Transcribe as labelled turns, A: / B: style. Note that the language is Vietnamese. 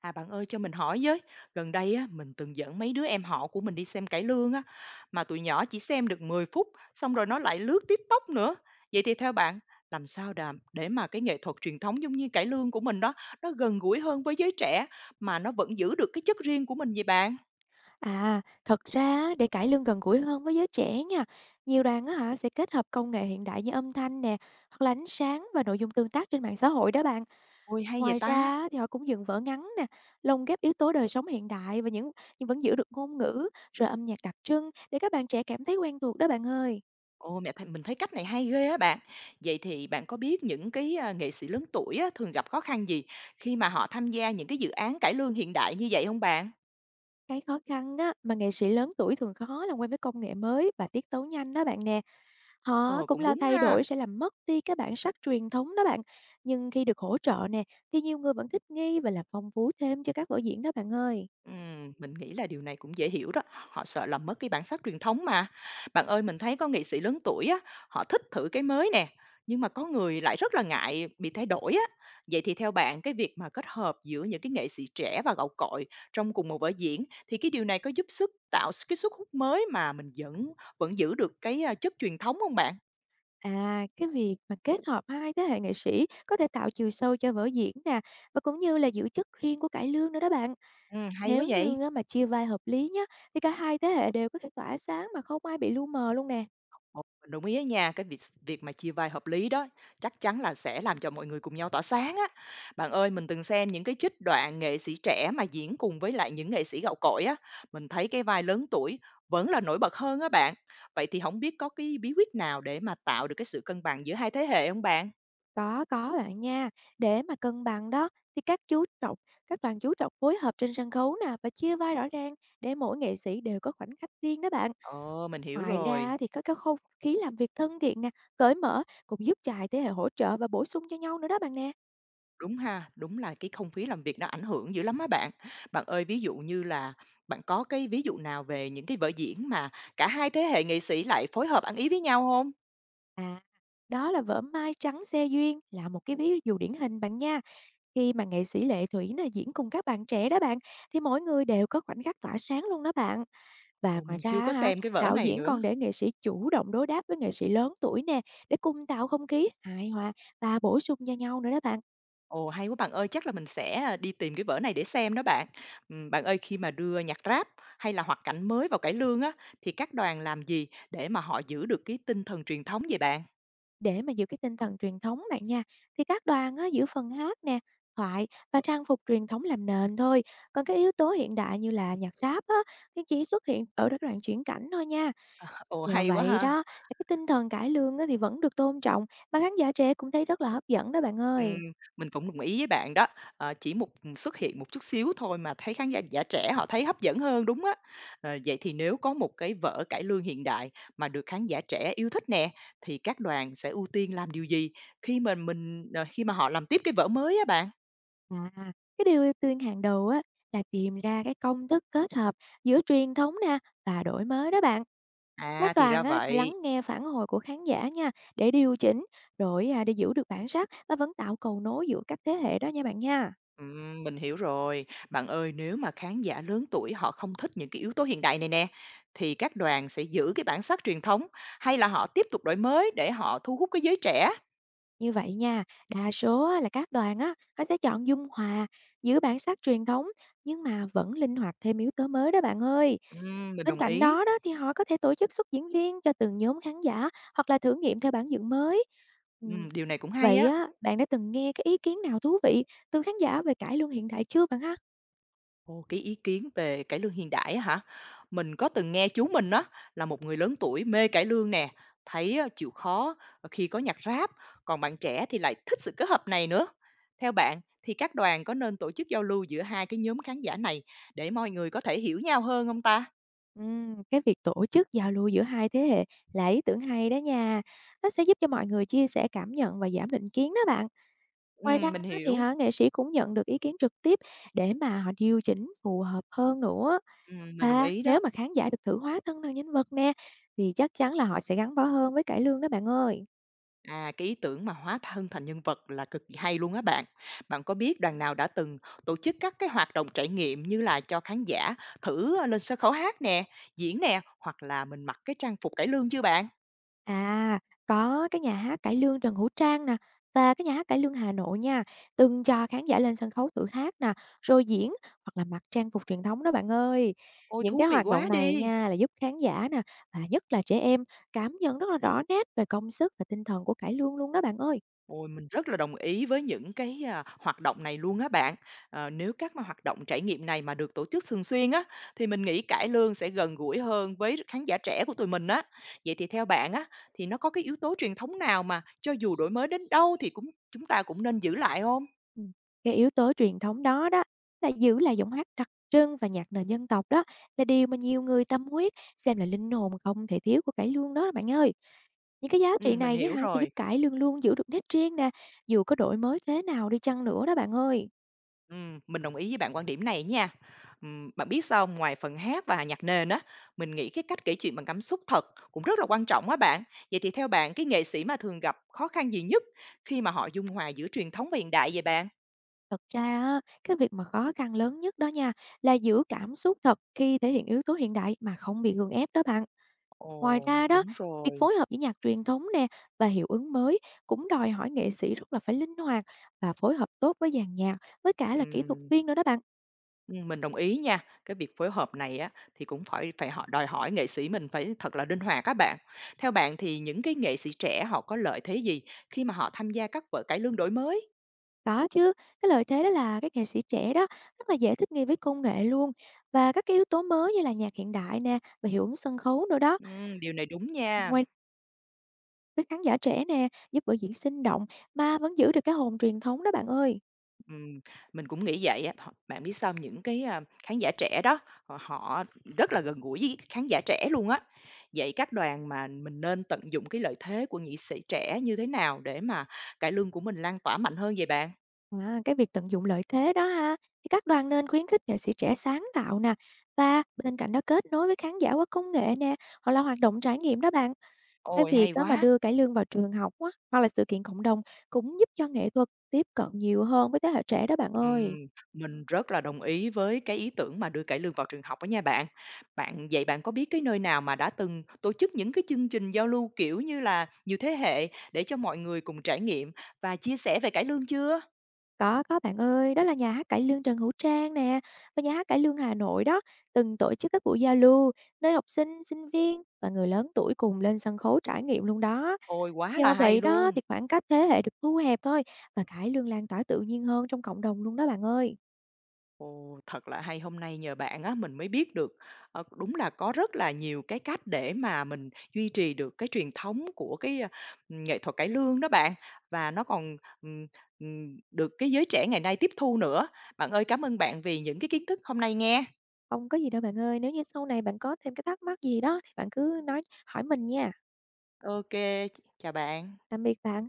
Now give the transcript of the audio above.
A: À bạn ơi cho mình hỏi với, gần đây á mình từng dẫn mấy đứa em họ của mình đi xem cải lương á mà tụi nhỏ chỉ xem được 10 phút xong rồi nó lại lướt TikTok nữa. Vậy thì theo bạn làm sao để mà cái nghệ thuật truyền thống giống như cải lương của mình đó nó gần gũi hơn với giới trẻ mà nó vẫn giữ được cái chất riêng của mình vậy bạn?
B: À, thật ra á, để cải lương gần gũi hơn với giới trẻ nha, nhiều đoàn á hả sẽ kết hợp công nghệ hiện đại như âm thanh nè, hoặc là ánh sáng và nội dung tương tác trên mạng xã hội đó bạn.
A: Ôi hay vậy
B: Ngoài ra
A: ta.
B: á, thì họ cũng dựng vở ngắn nè, lồng ghép yếu tố đời sống hiện đại và nhưng vẫn giữ được ngôn ngữ rồi âm nhạc đặc trưng để các bạn trẻ cảm thấy quen thuộc đó bạn ơi.
A: Ôi mẹ mình thấy cách này hay ghê á bạn. Vậy thì bạn có biết những cái à, nghệ sĩ lớn tuổi á, thường gặp khó khăn gì khi mà họ tham gia những cái dự án cải lương hiện đại như vậy không bạn?
B: Cái khó khăn á mà nghệ sĩ lớn tuổi thường khó làm quen với công nghệ mới và tiết tấu nhanh đó bạn nè. Họ
A: Ờ
B: cũng
A: cũng
B: lo
A: đúng
B: thay
A: ha.
B: đổi sẽ làm mất đi cái bản sắc truyền thống đó bạn. Nhưng khi được hỗ trợ nè, thì nhiều người vẫn thích nghi và làm phong phú thêm cho các vở diễn đó bạn ơi.
A: Mình nghĩ là điều này cũng dễ hiểu đó, họ sợ làm mất cái bản sắc truyền thống mà. Bạn ơi, mình thấy có nghệ sĩ lớn tuổi á, họ thích thử cái mới nè, nhưng mà có người lại rất là ngại bị thay đổi á. Vậy thì theo bạn cái việc mà kết hợp giữa những cái nghệ sĩ trẻ và gạo cội trong cùng một vở diễn thì cái điều này có giúp sức tạo cái sức hút mới mà mình vẫn vẫn giữ được cái à, chất truyền thống không bạn?
B: À, cái việc mà kết hợp hai thế hệ nghệ sĩ có thể tạo chiều sâu cho vở diễn nè, và cũng như là giữ chất riêng của cải lương nữa đó bạn.
A: Ừ, hay quá
B: Nếu
A: vậy.
B: như á, mà chia vai hợp lý nhá, thì cả hai thế hệ đều có thể tỏa sáng mà không ai bị lu mờ luôn nè.
A: Ồ, mình đồng ý á nha, cái việc việc mà chia vai hợp lý đó, chắc chắn là sẽ làm cho mọi người cùng nhau tỏa sáng á. Bạn ơi, mình từng xem những cái trích đoạn nghệ sĩ trẻ mà diễn cùng với lại những nghệ sĩ gạo cội á, mình thấy cái vai lớn tuổi vẫn là nổi bật hơn á bạn. Vậy thì không biết có cái bí quyết nào để mà tạo được cái sự cân bằng giữa hai thế hệ không bạn?
B: Có bạn nha. Để mà cân bằng đó thì các đoàn chú trọng phối hợp trên sân khấu nè và chia vai rõ ràng để mỗi nghệ sĩ đều có khoảnh khắc riêng đó bạn.
A: Ờ, mình hiểu
B: Ngoài
A: rồi.
B: ra thì có cái không khí làm việc thân thiện nè, cởi mở cũng giúp cho hai thế hệ hỗ trợ và bổ sung cho nhau nữa đó bạn nè.
A: Đúng ha, đúng là cái không khí làm việc nó ảnh hưởng dữ lắm á bạn. Bạn ơi, ví dụ như là bạn có cái ví dụ nào về những cái vở diễn mà cả hai thế hệ nghệ sĩ lại phối hợp ăn ý với nhau không?
B: À, đó là vở Mai Trắng Xe Duyên là một cái ví dụ điển hình bạn nha. Khi mà nghệ sĩ Lệ Thủy nè diễn cùng các bạn trẻ đó bạn thì mỗi người đều có khoảnh khắc tỏa sáng luôn đó bạn. Và
A: Ồ,
B: ngoài
A: mình chưa
B: ra á
A: có
B: hả,
A: xem cái vở
B: đạo
A: này
B: diễn
A: nữa.
B: còn để nghệ sĩ chủ động đối đáp với nghệ sĩ lớn tuổi nè, để cùng tạo không khí hài hòa và bổ sung cho nhau nữa đó bạn.
A: Ồ, hay quá bạn ơi, chắc là mình sẽ, à, đi tìm cái vở này để xem đó bạn. Bạn ơi, khi mà đưa nhạc Rap hay là hoạt cảnh mới vào cải lương á, thì các đoàn làm gì để mà họ giữ được cái tinh thần truyền thống vậy bạn?
B: Để mà giữ cái tinh thần truyền thống bạn nha, thì các đoàn á, giữ phần hát nè, thoại và trang phục truyền thống làm nền thôi. Còn cái yếu tố hiện đại như là nhạc rap á, thì chỉ xuất hiện ở các đoạn chuyển cảnh thôi nha.
A: Ồ,
B: Nhờ
A: hay quá
B: vậy
A: ha!
B: đó, cái tinh thần cải lương á, thì vẫn được tôn trọng, mà khán giả trẻ cũng thấy rất là hấp dẫn đó bạn
A: Ừm,
B: ơi.
A: mình cũng đồng ý với bạn đó, ờ, chỉ một xuất hiện một chút xíu thôi mà thấy khán giả giả trẻ họ thấy hấp dẫn hơn, đúng á. Ờ, vậy thì nếu có một cái vở cải lương hiện đại mà được khán giả trẻ yêu thích nè, thì các đoàn sẽ ưu tiên làm điều gì khi mà khi mà họ làm tiếp cái vở mới á bạn?
B: À, cái điều ưu tiên hàng đầu á là tìm ra cái công thức kết hợp giữa truyền thống nè và đổi mới đó bạn. Các
A: À, thì ra
B: đoàn á, sẽ
A: vậy.
B: lắng nghe phản hồi của khán giả nha để điều chỉnh rồi à, để giữ được bản sắc và vẫn tạo cầu nối giữa các thế hệ đó nha bạn nha.
A: Mình hiểu rồi. Bạn ơi, nếu mà khán giả lớn tuổi họ không thích những cái yếu tố hiện đại này nè, thì các đoàn sẽ giữ cái bản sắc truyền thống hay là họ tiếp tục đổi mới để họ thu hút cái giới trẻ?
B: Như vậy nha, đa số á là các đoàn á, nó sẽ chọn dung hòa, giữ bản sắc truyền thống nhưng mà vẫn linh hoạt thêm yếu tố mới đó bạn ơi.
A: Mình
B: Bên
A: đồng
B: cạnh
A: ý.
B: đó đó thì họ có thể tổ chức xuất diễn riêng cho từng nhóm khán giả hoặc là thử nghiệm theo bản dựng mới. Ừm,
A: Điều này cũng hay
B: Vậy
A: á.
B: á, bạn đã từng nghe cái ý kiến nào thú vị từ khán giả về cải lương hiện đại chưa bạn ha?
A: Ồ, cái ý kiến về cải lương hiện đại á hả? Mình có từng nghe chú mình á là một người lớn tuổi mê cải lương nè, thấy á, chịu khó ờ, khi có nhạc rap, còn bạn trẻ thì lại thích sự kết hợp này nữa. Theo bạn thì các đoàn có nên tổ chức giao lưu giữa hai cái nhóm khán giả này để mọi người có thể hiểu nhau hơn không ta?
B: Cái việc tổ chức giao lưu giữa hai thế hệ là ý tưởng hay đó nha. Nó sẽ giúp cho mọi người chia sẻ cảm nhận và giảm định kiến đó bạn. Ngoài ra
A: Mình
B: á thì
A: hiểu.
B: hả, nghệ sĩ cũng nhận được ý kiến trực tiếp để mà họ điều chỉnh phù hợp hơn nữa.
A: Mình đồng
B: Và
A: ý
B: nếu
A: đó.
B: mà khán giả được thử hóa thân thành nhân vật nè, thì chắc chắn là họ sẽ gắn bó hơn với cải lương đó bạn ơi.
A: À, cái ý tưởng mà hóa thân thành nhân vật là cực kỳ hay luôn á bạn. Bạn có biết đoàn nào đã từng tổ chức các cái hoạt động trải nghiệm như là cho khán giả thử ờ, lên sân khấu hát nè, diễn nè, hoặc là mình mặc cái trang phục cải lương chưa bạn?
B: À, có cái nhà hát cải lương Trần Hữu Trang nè, và cái nhà hát cải lương Hà Nội nha, từng cho khán giả lên sân khấu tự hát nè, rồi diễn hoặc là mặc trang phục truyền thống đó bạn ơi.
A: Ôi
B: Những
A: thú
B: cái
A: vị
B: hoạt động
A: quá
B: này
A: đi.
B: nha là giúp khán giả nè, và nhất là trẻ em cảm nhận rất là rõ nét về công sức và tinh thần của cải lương luôn đó bạn ơi.
A: Ôi, mình rất là đồng ý với những cái, à, hoạt động này luôn á bạn. Ờ, nếu mà hoạt động trải nghiệm này mà được tổ chức thường xuyên á, thì mình nghĩ cải lương sẽ gần gũi hơn với khán giả trẻ của tụi mình á. Vậy thì theo bạn á, thì nó có cái yếu tố truyền thống nào mà cho dù đổi mới đến đâu thì chúng ta cũng nên giữ lại không?
B: Ừm, cái yếu tố truyền thống đó đó là giữ lại giọng hát đặc trưng và nhạc nền dân tộc đó là điều mà nhiều người tâm huyết xem là linh hồn không thể thiếu của cải lương đó bạn ơi. Những cái giá trị
A: Mình
B: này á
A: hiểu
B: hả sẽ giúp
A: rồi.
B: cải lương luôn giữ được nét riêng nè, dù có đổi mới thế nào đi chăng nữa đó bạn ơi.
A: Mình đồng ý với bạn quan điểm này nha. Bạn biết sao hông? Ngoài phần hát và nhạc nền á, mình nghĩ cái cách kể chuyện bằng cảm xúc thật cũng rất là quan trọng á bạn. Vậy thì theo bạn, cái nghệ sĩ mà thường gặp khó khăn gì nhất khi mà họ dung hòa giữa truyền thống và hiện đại vậy bạn?
B: Thật ra á, cái việc mà khó khăn lớn nhất đó nha là giữ cảm xúc thật khi thể hiện yếu tố hiện đại mà không bị gượng ép đó bạn. Ngoài
A: Ồ,
B: ra đó,
A: đúng
B: việc
A: rồi.
B: phối hợp giữa nhạc truyền thống nè và hiệu ứng mới cũng đòi hỏi nghệ sĩ rất là phải linh hoạt và phối hợp tốt với dàn nhạc, với cả là kỹ thuật
A: Ừm,
B: viên nữa đó bạn.
A: ừm, mình đồng ý nha. Cái việc phối hợp này á, thì cũng phải phải họ đòi hỏi nghệ sĩ mình phải thật là linh hoạt các bạn. Theo bạn thì những cái nghệ sĩ trẻ họ có lợi thế gì khi mà họ tham gia các vở cải lương đổi mới?
B: Có chứ, cái lợi thế đó là các nghệ sĩ trẻ đó rất là dễ thích nghi với công nghệ luôn và các cái yếu tố mới như là nhạc hiện đại nè và hiệu ứng sân khấu nữa đó.
A: Điều này đúng nha.
B: Ngoài với khán giả trẻ nè, giúp biểu diễn sinh động mà vẫn giữ được cái hồn truyền thống đó bạn ơi.
A: Ừm, mình cũng nghĩ vậy á. Bạn biết sao? Những cái, khán giả trẻ đó, họ họ rất là gần gũi với khán giả trẻ luôn á. Vậy các đoàn mà mình nên tận dụng cái lợi thế của nghệ sĩ trẻ như thế nào để mà cải lương của mình lan tỏa mạnh hơn vậy bạn?
B: À, cái việc tận dụng lợi thế đó ha, thì các đoàn nên khuyến khích nghệ sĩ trẻ sáng tạo nè và bên cạnh đó kết nối với khán giả qua công nghệ nè hoặc là hoạt động trải nghiệm đó bạn. Cái
A: Ôi,
B: việc
A: hay
B: á mà
A: quá!
B: đưa cải lương vào trường học á, hoặc là sự kiện cộng đồng cũng giúp cho nghệ thuật tiếp cận nhiều hơn với thế hệ trẻ đó bạn ơi.
A: Ừm, mình rất là đồng ý với cái ý tưởng mà đưa cải lương vào trường học á nha bạn. Bạn vậy bạn có biết cái nơi nào mà đã từng tổ chức những cái chương trình giao lưu, kiểu như là, nhiều thế hệ để cho mọi người cùng trải nghiệm và chia sẻ về cải lương chưa?
B: Có bạn ơi, đó là nhà hát cải lương Trần Hữu Trang nè và nhà hát cải lương Hà Nội đó từng tổ chức các buổi giao lưu nơi học sinh, sinh viên và người lớn tuổi cùng lên sân khấu trải nghiệm luôn đó.
A: Ôi, quá là
B: Nhờ
A: hay
B: vậy đó
A: luôn!
B: thì khoảng cách thế hệ được thu hẹp thôi và cải lương lan tỏa tự nhiên hơn trong cộng đồng luôn đó bạn ơi.
A: Ồ, thật là hay, hôm nay nhờ bạn á, mình mới biết được, ờ, đúng là có rất là nhiều cái cách để mà mình duy trì được cái truyền thống của cái, nghệ thuật cải lương đó bạn, và nó còn, ừm, được cái giới trẻ ngày nay tiếp thu nữa. Bạn ơi, cảm ơn bạn vì những cái kiến thức hôm nay nghe.
B: Không có gì đâu bạn ơi, nếu như sau này bạn có thêm cái thắc mắc gì đó thì bạn cứ nói hỏi mình nha.
A: OK, chào bạn.
B: Tạm biệt bạn.